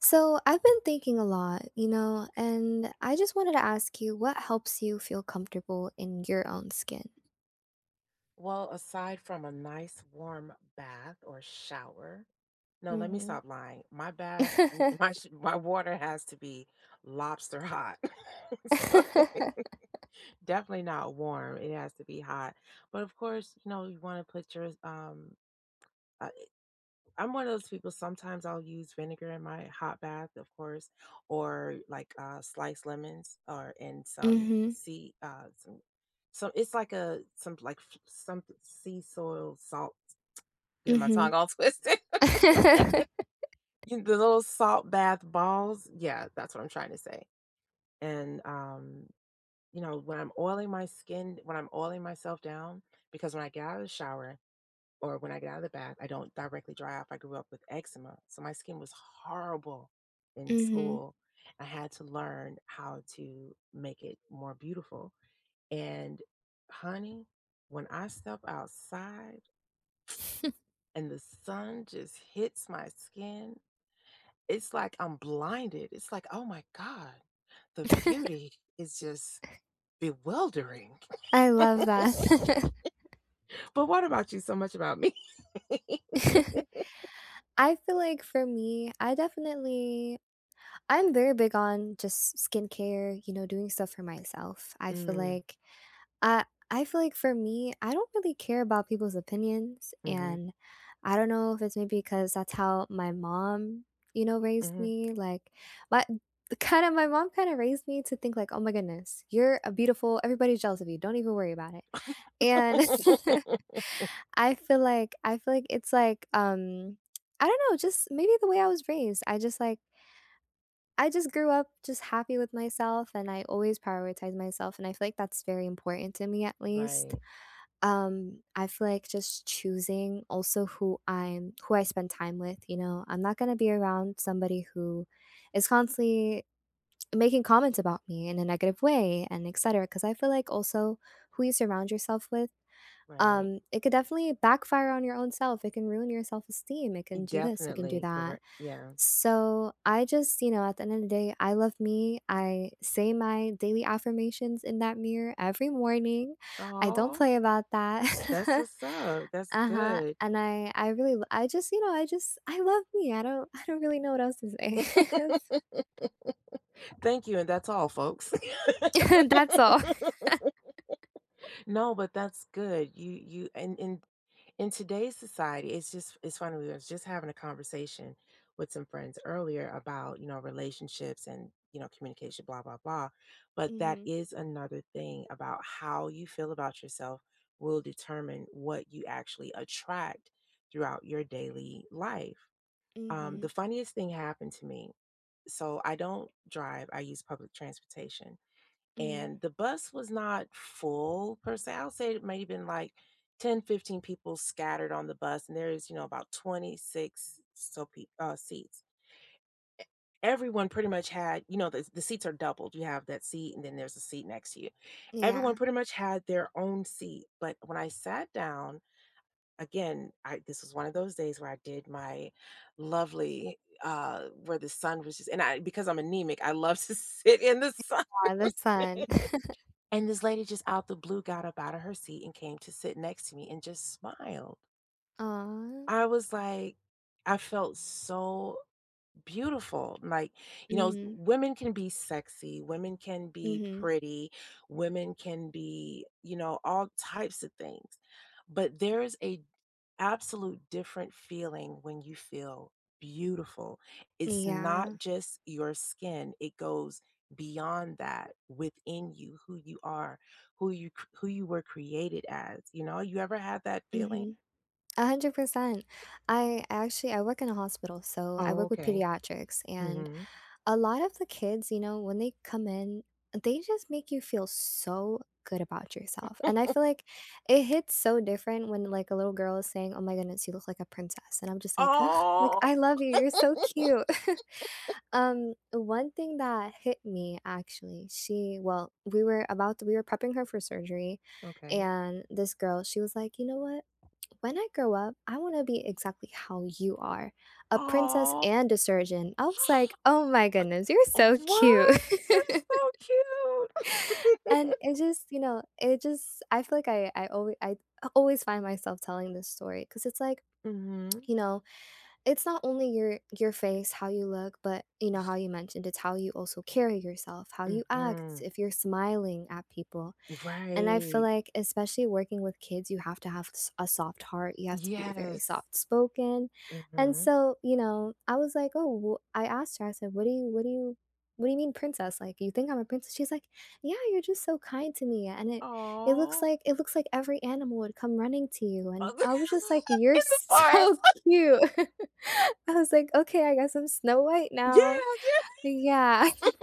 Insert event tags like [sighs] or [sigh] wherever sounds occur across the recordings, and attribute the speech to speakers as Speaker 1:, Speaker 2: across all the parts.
Speaker 1: So, I've been thinking a lot, you know, and I just wanted to ask you what helps you feel comfortable in your own skin?
Speaker 2: Well, aside from a nice warm bath or shower, no, let me
Speaker 1: Mhm.
Speaker 2: stop lying. My bath, [laughs] my my water has to be lobster hot. [laughs] So, definitely not warm. It has to be hot. But of course, you know, you want to put your uh, I'm one of those people, sometimes I'll use vinegar in my hot bath, of course, or like sliced lemons, or in some
Speaker 1: Mhm.
Speaker 2: sea some it's like a some some sea soil salt. Get my
Speaker 1: Mhm.
Speaker 2: tongue all twisted.
Speaker 1: Mhm.
Speaker 2: [laughs]
Speaker 1: [laughs]
Speaker 2: You the little salt bath balls, yeah, that's what I'm trying to say, and, you know, when I'm oiling my skin, when I'm oiling myself down, because when I get out of the shower or when I get out of the bath, I don't directly dry off. I grew up with eczema, so my skin was horrible in school.
Speaker 1: [laughs]
Speaker 2: I had to learn how to make it more beautiful, and honey, when I step outside and the sun just hits my skin, it's like I'm blinded. It's like, "Oh my god, the beauty
Speaker 1: [laughs]
Speaker 2: is just bewildering." [laughs]
Speaker 1: I love that.
Speaker 2: But what about you? So much about me. [laughs]
Speaker 1: [laughs] I feel like for me, I definitely, I'm very big on just skincare, you know, doing stuff for myself.
Speaker 2: Mm,
Speaker 1: I I feel like for me, I don't really care about people's opinions,
Speaker 2: mhm,
Speaker 1: and I don't know if it's maybe because that's how my mom, you know, raised
Speaker 2: mhm.
Speaker 1: me. Like, my [laughs] kind of my mom kind of raised me to think like, oh my goodness, you're a beautiful. Everybody's jealous of you. Don't even worry about it. And
Speaker 2: [laughs]
Speaker 1: [laughs] I feel like it's like I don't know, just maybe the way I was raised. I just like. I just grew up just happy with myself, and I always prioritize myself, and I feel like that's very important to me, at least.
Speaker 2: Right,
Speaker 1: I feel like just choosing also who I spend time with, you know. I'm not going to be around somebody who is constantly making comments about me in a negative way, and etc, because I feel like also who you surround yourself with,
Speaker 2: right.
Speaker 1: it could definitely backfire on your own self. It can ruin your self-esteem. It can do this. It can do
Speaker 2: Definitely,
Speaker 1: that.
Speaker 2: correct, yeah.
Speaker 1: So I just, you know, at the end of the day, I love me. I say my daily affirmations in that mirror every morning. I don't
Speaker 2: Oh,
Speaker 1: play about that.
Speaker 2: that's
Speaker 1: [laughs]
Speaker 2: what's up. That's
Speaker 1: Uh-huh,
Speaker 2: good.
Speaker 1: and I really l I just, you know, I just I love me. I don't [laughs] I don't really know what else to say.
Speaker 2: Thank you, and that's all, folks. [laughs]
Speaker 1: [laughs] That's all.
Speaker 2: No, but that's good. You, and in today's society, it's just it's funny. We was just having a conversation with some friends earlier about, you know, relationships, and, you know, communication, blah blah blah. But that
Speaker 1: Mhm,
Speaker 2: is another thing: about how you feel about yourself will determine what you actually attract throughout your daily life. The
Speaker 1: mhm,
Speaker 2: funniest thing happened to me. So I don't drive; I use public transportation,
Speaker 1: mhm,
Speaker 2: and the bus was not full per se. I'll say it might have been like 10, 15 people scattered on the bus, and there's, you know, about 26 seats. E- Everyone pretty much had, you know, the seats are doubled. You have that seat, and then there's a seat next to you. Everyone
Speaker 1: yeah.
Speaker 2: pretty much had their own seat. But when I sat down, again, I this was one of those days where I did my lovely where the sun was just, and I, because I'm anemic, I love to [laughs] sit in the sun.
Speaker 1: Yeah, the sun.
Speaker 2: And this lady just out the blue got up out of her seat and came to sit next to me and just smiled.
Speaker 1: Aw.
Speaker 2: I was like, I felt so beautiful. Like, you know,
Speaker 1: Mhm,
Speaker 2: women can be sexy, women can be
Speaker 1: mhm,
Speaker 2: pretty, women can be, you know, all types of things. But there's a absolute different feeling when you feel beautiful. It's not
Speaker 1: yeah,
Speaker 2: just your skin. It goes beyond that, within you, who you are, who you were created as. You know, you ever had that feeling?
Speaker 1: mhm, 100%. I actually I work in a hospital, so I
Speaker 2: Oh,
Speaker 1: work with
Speaker 2: okay.
Speaker 1: pediatrics, and
Speaker 2: Mhm.
Speaker 1: a lot of the kids, you know, when they come in, they just make you feel so good about yourself. And I feel like it hits so different when like a little girl is saying, "Oh my goodness, you look like a princess." And I'm just like, "Ugh, like
Speaker 2: Oh,
Speaker 1: I love you. You're so cute." [laughs] One thing that hit me actually, she, well, we were prepping her for surgery,
Speaker 2: okay.
Speaker 1: and this girl, she was like, "You know what? When I grow up, I want to be exactly how you are, a princess
Speaker 2: Oh.
Speaker 1: and a surgeon." I was like, oh my goodness, you're so cute.
Speaker 2: What?
Speaker 1: [laughs]
Speaker 2: That's so cute. [laughs]
Speaker 1: And it just, you know, it just, I feel like I always, I always find myself telling this story because it's like,
Speaker 2: Mhm.
Speaker 1: you know, it's not only your face, how you look, but you know how you mentioned, it's how you also carry yourself, how you act,
Speaker 2: Mhm.
Speaker 1: if you're smiling at people. And I feel
Speaker 2: Right.
Speaker 1: like, especially working with kids, you have to have a soft heart. You have to be very
Speaker 2: Yes.
Speaker 1: soft spoken. And
Speaker 2: Mhm.
Speaker 1: so, you know, I was like, oh, well, I asked her, I said, what do you mean princess? Like, you think I'm a princess? She's like, yeah, you're just so kind to me. And it,
Speaker 2: Oh.
Speaker 1: it looks like every animal would come running to you.
Speaker 2: [laughs]
Speaker 1: And I was just like, you're
Speaker 2: In the
Speaker 1: so
Speaker 2: forest.
Speaker 1: [laughs]
Speaker 2: [laughs]
Speaker 1: cute. [laughs] I was like, okay, I guess I'm Snow White now.
Speaker 2: Yes, yes.
Speaker 1: Yeah. [laughs]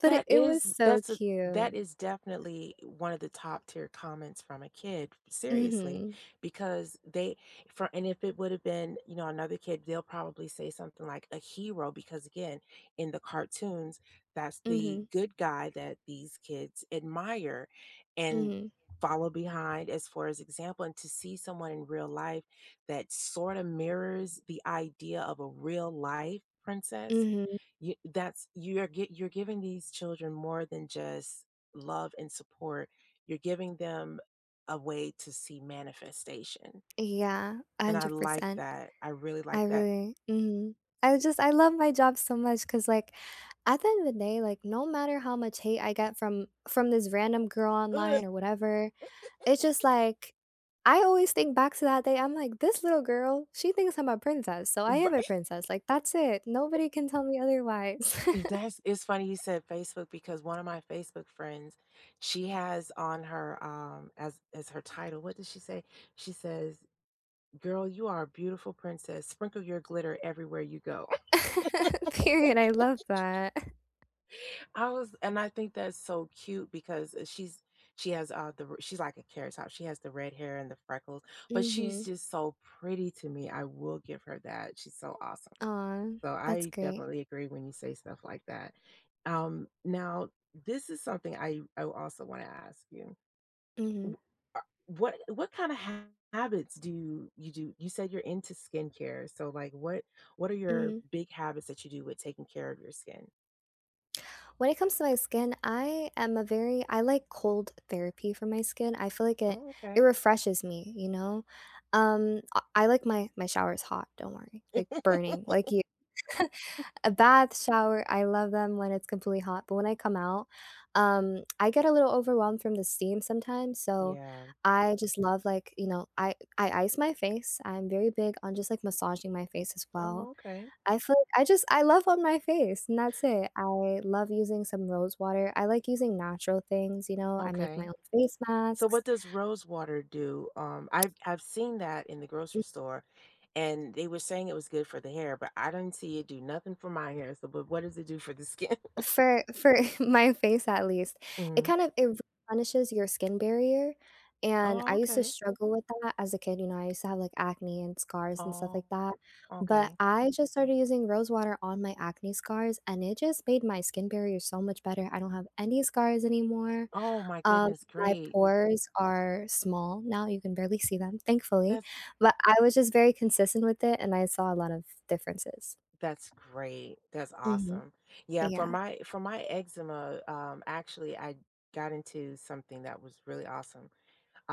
Speaker 1: But it,
Speaker 2: That
Speaker 1: it was
Speaker 2: is,
Speaker 1: so
Speaker 2: that's a, that
Speaker 1: cute.
Speaker 2: is definitely one of the top tier comments from a kid,
Speaker 1: Mm
Speaker 2: seriously,
Speaker 1: hmm.
Speaker 2: because they, for, and if it would have been, you know, another kid, they'll probably say something like a hero, because again, in the cartoons, that's
Speaker 1: Mm hmm.
Speaker 2: the good guy that these kids admire
Speaker 1: Mm
Speaker 2: and
Speaker 1: hmm.
Speaker 2: follow behind as far as example, and to see someone in real life that sort of mirrors the idea of a real life princess,
Speaker 1: Mhm.
Speaker 2: you, that's, you're get, you're giving these children more than just love and support. You're giving them a way to see manifestation,
Speaker 1: Yeah,
Speaker 2: and I like
Speaker 1: 100%.
Speaker 2: that. I really like
Speaker 1: I
Speaker 2: that.
Speaker 1: really mhm. I just I love my job so much because, like, at the end of the day, like, no matter how much hate I get from this random girl
Speaker 2: Ugh,
Speaker 1: online or whatever, it's just like, I always think back to that day. I'm like, "This little girl, she thinks I'm a princess, so I am a
Speaker 2: right?
Speaker 1: princess." Like, that's it. Nobody can tell me otherwise.
Speaker 2: That's, it's funny you said Facebook, because one of my Facebook friends, she has on her as her title. What does she say? She says, "Girl, you are a beautiful princess. Sprinkle your glitter everywhere you go."
Speaker 1: [laughs] Period, I love that.
Speaker 2: I was, and I think that's so cute because she's, she has she's like a carrot top. She has the red hair and the freckles, but she's
Speaker 1: Mhm.
Speaker 2: just so pretty to me. I will give her that. She's so awesome.
Speaker 1: Aw,
Speaker 2: So
Speaker 1: that's
Speaker 2: I
Speaker 1: great.
Speaker 2: definitely agree when you say stuff like that. Um, now this is something I also want to ask you.
Speaker 1: Mhm.
Speaker 2: W- uh, what kind of habits do you, you do? You said you're into skincare. So like what are your
Speaker 1: Mhm.
Speaker 2: big habits that you do with taking care of your skin?
Speaker 1: When it comes to my skin, I am a very I like cold therapy for my skin. I feel like it
Speaker 2: Oh,
Speaker 1: it
Speaker 2: okay.
Speaker 1: refreshes me, you know? I like my showers hot, don't worry, like burning, like you. [laughs] A bath, shower, I love them when it's completely hot, but when I come out, I get a little overwhelmed from the steam sometimes, so
Speaker 2: Yeah.
Speaker 1: I just love, like, you know, I ice my face. I'm very big on just like massaging my face as well.
Speaker 2: Oh, okay.
Speaker 1: I feel like I just I love on my face, and that's it. I love using some rose water. I like using natural things, you know, I make my
Speaker 2: Okay.
Speaker 1: own face
Speaker 2: So
Speaker 1: masks.
Speaker 2: what does rose water do? I've seen that in the
Speaker 1: Mm.
Speaker 2: grocery store, and they were saying it was good for the hair, but I didn't see it do nothing for my hair. So but what does it do for the skin?
Speaker 1: For [laughs] my face, at least,
Speaker 2: [laughs]
Speaker 1: it
Speaker 2: Hmm.
Speaker 1: kind of, it replenishes your skin barrier, and
Speaker 2: Oh,
Speaker 1: I used to
Speaker 2: okay.
Speaker 1: struggle with that as a kid, you know. I used to have, like, acne and scars and stuff
Speaker 2: Oh,
Speaker 1: like that, but
Speaker 2: okay.
Speaker 1: I just started using rose water on my acne scars, and it just made my skin barrier so much better. I don't have any scars anymore.
Speaker 2: Oh my
Speaker 1: Um,
Speaker 2: goodness,
Speaker 1: my
Speaker 2: great.
Speaker 1: pores are small now, you can barely see them, thankfully,
Speaker 2: That's
Speaker 1: but I was just very consistent with it, and I saw a lot of differences.
Speaker 2: that's great. That's
Speaker 1: Mhm.
Speaker 2: awesome. Yeah, for
Speaker 1: Yeah.
Speaker 2: my, for my eczema, actually I got into something that was really awesome.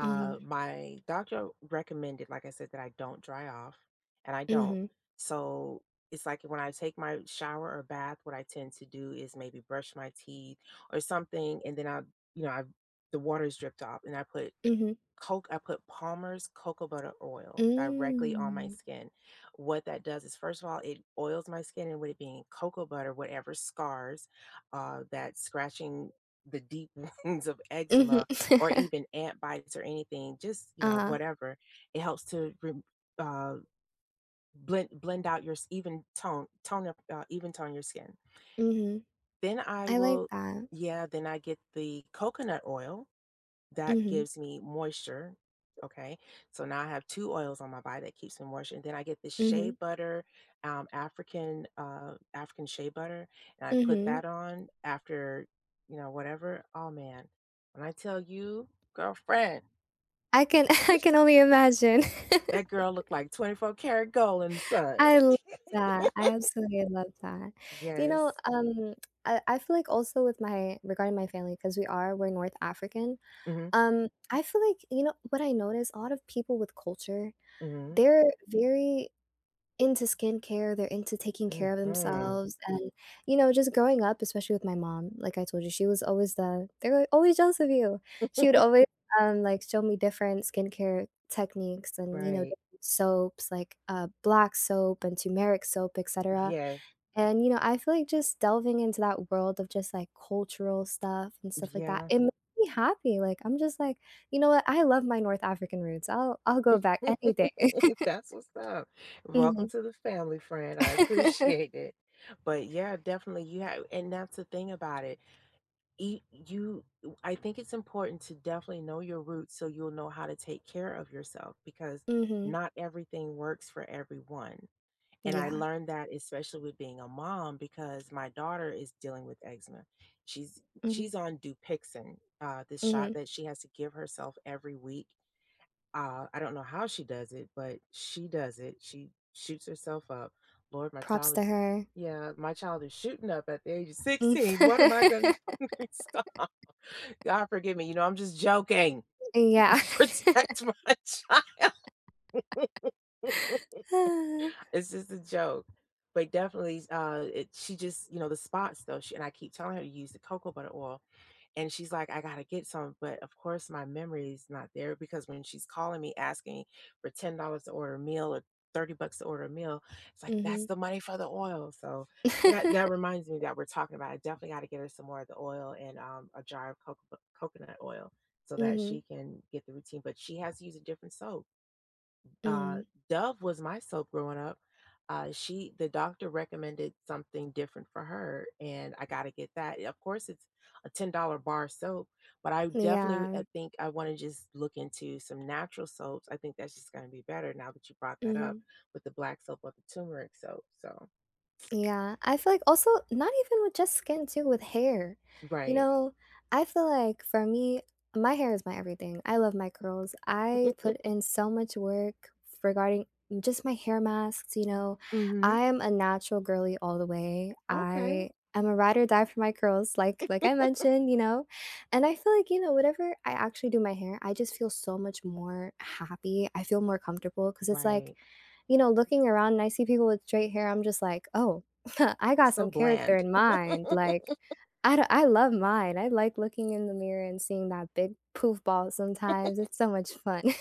Speaker 1: Mhm.
Speaker 2: My doctor recommended, like I said, that I don't dry off, and I don't.
Speaker 1: Mhm.
Speaker 2: So it's like when I take my shower or bath, what I tend to do is maybe brush my teeth or something, and then I, you know, I, the water's dripped off, and I put
Speaker 1: Mhm.
Speaker 2: Coke I put Palmer's cocoa butter oil directly on my
Speaker 1: Mm.
Speaker 2: skin. What that does is, first of all, it oils my skin, and with it being cocoa butter, whatever scars, that scratching, the deep [laughs] wounds of
Speaker 1: Mhm.
Speaker 2: eczema or even ant bites or anything, just, you know,
Speaker 1: Uh-huh.
Speaker 2: whatever, it helps to re uh, blend out your s even tone tone up, even tone your skin.
Speaker 1: Mhm.
Speaker 2: Then
Speaker 1: [laughs]
Speaker 2: I
Speaker 1: I like
Speaker 2: will,
Speaker 1: that.
Speaker 2: yeah, then I get the coconut oil that
Speaker 1: Mhm.
Speaker 2: gives me moisture. Okay. So now I have two oils on my body that keeps me moisture. And then I get this shea
Speaker 1: Mhm.
Speaker 2: butter, African, African shea butter. And I put
Speaker 1: Mhm.
Speaker 2: that on after, you know, whatever. Oh man. When I tell you, girlfriend,
Speaker 1: I can [laughs] I can only imagine. [laughs]
Speaker 2: that girl looked like 24 karat gold in the sun.
Speaker 1: I love
Speaker 2: [laughs]
Speaker 1: that. I absolutely love that. You know,
Speaker 2: Yes.
Speaker 1: I feel like also with my, regarding my family, because we are, we're North African.
Speaker 2: Mm-hmm.
Speaker 1: I feel like, you know, what I notice, a lot of people with culture,
Speaker 2: Mm-hmm.
Speaker 1: they're very into skincare, they're into taking care of
Speaker 2: Mm-hmm.
Speaker 1: themselves, and, you know, just growing up, especially with my mom, like I told you, she was always they're like, always jealous of you. She would always, like, show me different skincare techniques and, you know,
Speaker 2: Right.
Speaker 1: different soaps, like, black soap and turmeric soap, etc.
Speaker 2: Yes.
Speaker 1: And, you know, I feel like just delving into that world of just, like, cultural stuff and stuff like that,
Speaker 2: Yeah.
Speaker 1: it makes me happy. Like, I'm just like, "You know what? I love my North African roots. I'll go back any
Speaker 2: [laughs]
Speaker 1: day." [laughs]
Speaker 2: That's what's up. Welcome
Speaker 1: Mhm.
Speaker 2: to the family, friend. I
Speaker 1: Mhm.
Speaker 2: appreciate it. But yeah, definitely you have, and that's the thing about it. You, I think it's important to definitely know your roots so you'll know how to take care of yourself because not
Speaker 1: [laughs]
Speaker 2: everything works for everyone. And I
Speaker 1: Yeah.
Speaker 2: learned that especially with being a mom because my daughter is dealing with eczema. She's
Speaker 1: Mhm.
Speaker 2: she's on Dupixent, this shot
Speaker 1: Mhm.
Speaker 2: that she has to give herself every week. Uh, I don't know how she does it, but she does it. She shoots herself up. Lord, my
Speaker 1: Props
Speaker 2: child
Speaker 1: to
Speaker 2: is,
Speaker 1: her.
Speaker 2: yeah, my child is shooting up at the age of
Speaker 1: Mm.
Speaker 2: 16. What am I going
Speaker 1: [laughs]
Speaker 2: to [laughs] stop? God forgive me. You know, I'm just joking. [laughs]
Speaker 1: Yeah.
Speaker 2: Protect my child.
Speaker 1: [sighs] [laughs]
Speaker 2: It's just a joke. But definitely, it, she just, you know, the spots though. She, and I keep telling her to use the cocoa butter oil, and she's like, I gotta get some. But of course, my memory is not there, because when she's calling me asking for $10 to order a meal, or 30 bucks to order a meal, it's like, that's
Speaker 1: Mhm.
Speaker 2: the money for the oil. So I got, that reminds me, that we're talking about. I definitely got to get her some more of the oil, and a jar of coconut oil so that
Speaker 1: Mhm.
Speaker 2: she can get the routine. But she has to use a different soap. Uh,
Speaker 1: Mhm.
Speaker 2: Dove was my soap growing up. She, the doctor recommended something different for her, and I got to get that. Of course, it's a $10 bar soap, but I
Speaker 1: [laughs]
Speaker 2: definitely,
Speaker 1: Yeah.
Speaker 2: I think I want to just look into some natural soaps. I think that's just going to be better, now that you brought that up
Speaker 1: Mhm.
Speaker 2: with the black soap or the turmeric soap. So,
Speaker 1: Yeah, I feel like also not even with just skin too, with hair. You
Speaker 2: right.
Speaker 1: know, I feel like for me, my hair is my everything. I love my curls. I put in so much work regarding just my hair masks, you know.
Speaker 2: Mm-hmm.
Speaker 1: I am a natural girly all the way.
Speaker 2: Okay.
Speaker 1: I am a ride or die for my curls, like I mentioned, you know. And I feel like, you know, whatever, I actually do my hair, I just feel so much more happy. I feel more comfortable because it's like,
Speaker 2: Right.
Speaker 1: you know, looking around and I see people with straight hair, I'm just like, oh, [laughs] I got
Speaker 2: So
Speaker 1: some character
Speaker 2: bland.
Speaker 1: in mind, like, I d- I love mine. I like looking in the mirror and seeing that big poof ball sometimes. It's so much fun. [laughs]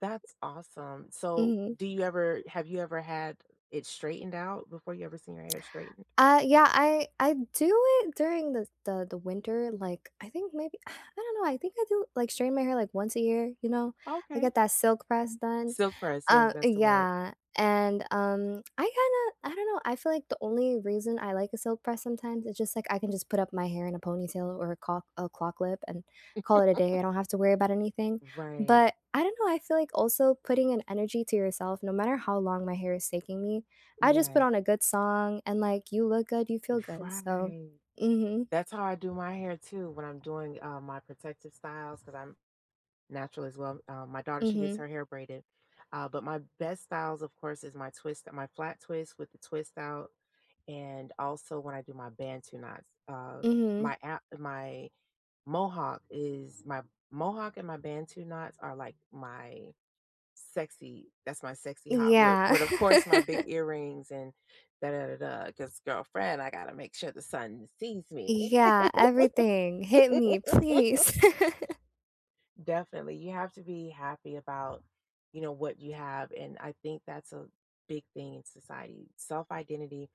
Speaker 2: That's awesome. So,
Speaker 1: Mhm.
Speaker 2: do you ever, have you ever had it straightened out, before? You ever seen your hair straightened?
Speaker 1: Yeah, I do it during the winter. Like, I think maybe, [sighs] I don't know, I think I do, like, straighten my hair, like, once a year, you know? I
Speaker 2: Okay.
Speaker 1: get that silk press done.
Speaker 2: Silk press, yes, that's the word.
Speaker 1: Yeah, and, I kinda, I don't know, I feel like the only reason I like a silk press sometimes is just, like, I can just put up my hair in a ponytail or a clock lip and call it a day. I don't have to worry about anything,
Speaker 2: Right,
Speaker 1: but I don't know, I feel like also putting an energy to yourself, no matter how long my hair is taking me, I just put
Speaker 2: right,
Speaker 1: on a good song and, like, you look good, you feel good, so.
Speaker 2: right.
Speaker 1: Mhm,
Speaker 2: That's how I do my hair too when I'm doing my protective styles, because I'm natural as well. My daughter, she gets
Speaker 1: mhm,
Speaker 2: her hair braided. But my best styles, of course, is my twist, my flat twist with the twist out, and also when I do my bantu knots.
Speaker 1: mhm.
Speaker 2: My mohawk is my mohawk, and my bantu knots are like my, sexy, that's my sexy hot, with
Speaker 1: Yeah.
Speaker 2: with, of course, my
Speaker 1: [laughs]
Speaker 2: big earrings and da da da da. Because girlfriend, I gotta make sure the sun sees me.
Speaker 1: Yeah, everything. Hit me, please. [laughs]
Speaker 2: Definitely, you have to be happy about, you know, what you have, and I think that's a big thing in society. Self-identity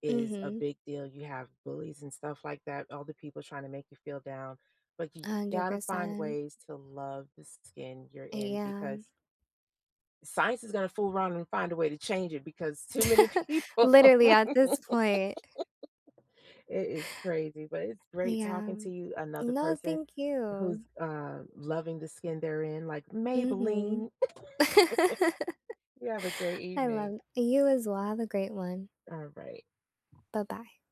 Speaker 2: is a
Speaker 1: Mhm,
Speaker 2: big deal. You have bullies and stuff like that, all the people trying to make you feel down, but you gotta find
Speaker 1: 100%.
Speaker 2: ways to love the skin you're in,
Speaker 1: Yeah.
Speaker 2: because science is gonna fool around and find a way to change it because too many
Speaker 1: [laughs]
Speaker 2: people.
Speaker 1: Literally
Speaker 2: [laughs]
Speaker 1: at this point.
Speaker 2: It is crazy, but it's great
Speaker 1: Yeah.
Speaker 2: talking to you, another
Speaker 1: No,
Speaker 2: person
Speaker 1: thank
Speaker 2: who's,
Speaker 1: you.
Speaker 2: loving the skin they're in, like
Speaker 1: Mhm.
Speaker 2: Maybelline.
Speaker 1: [laughs]
Speaker 2: You have a great
Speaker 1: I
Speaker 2: evening.
Speaker 1: love you as well, have a great one.
Speaker 2: All right.
Speaker 1: Bye-bye.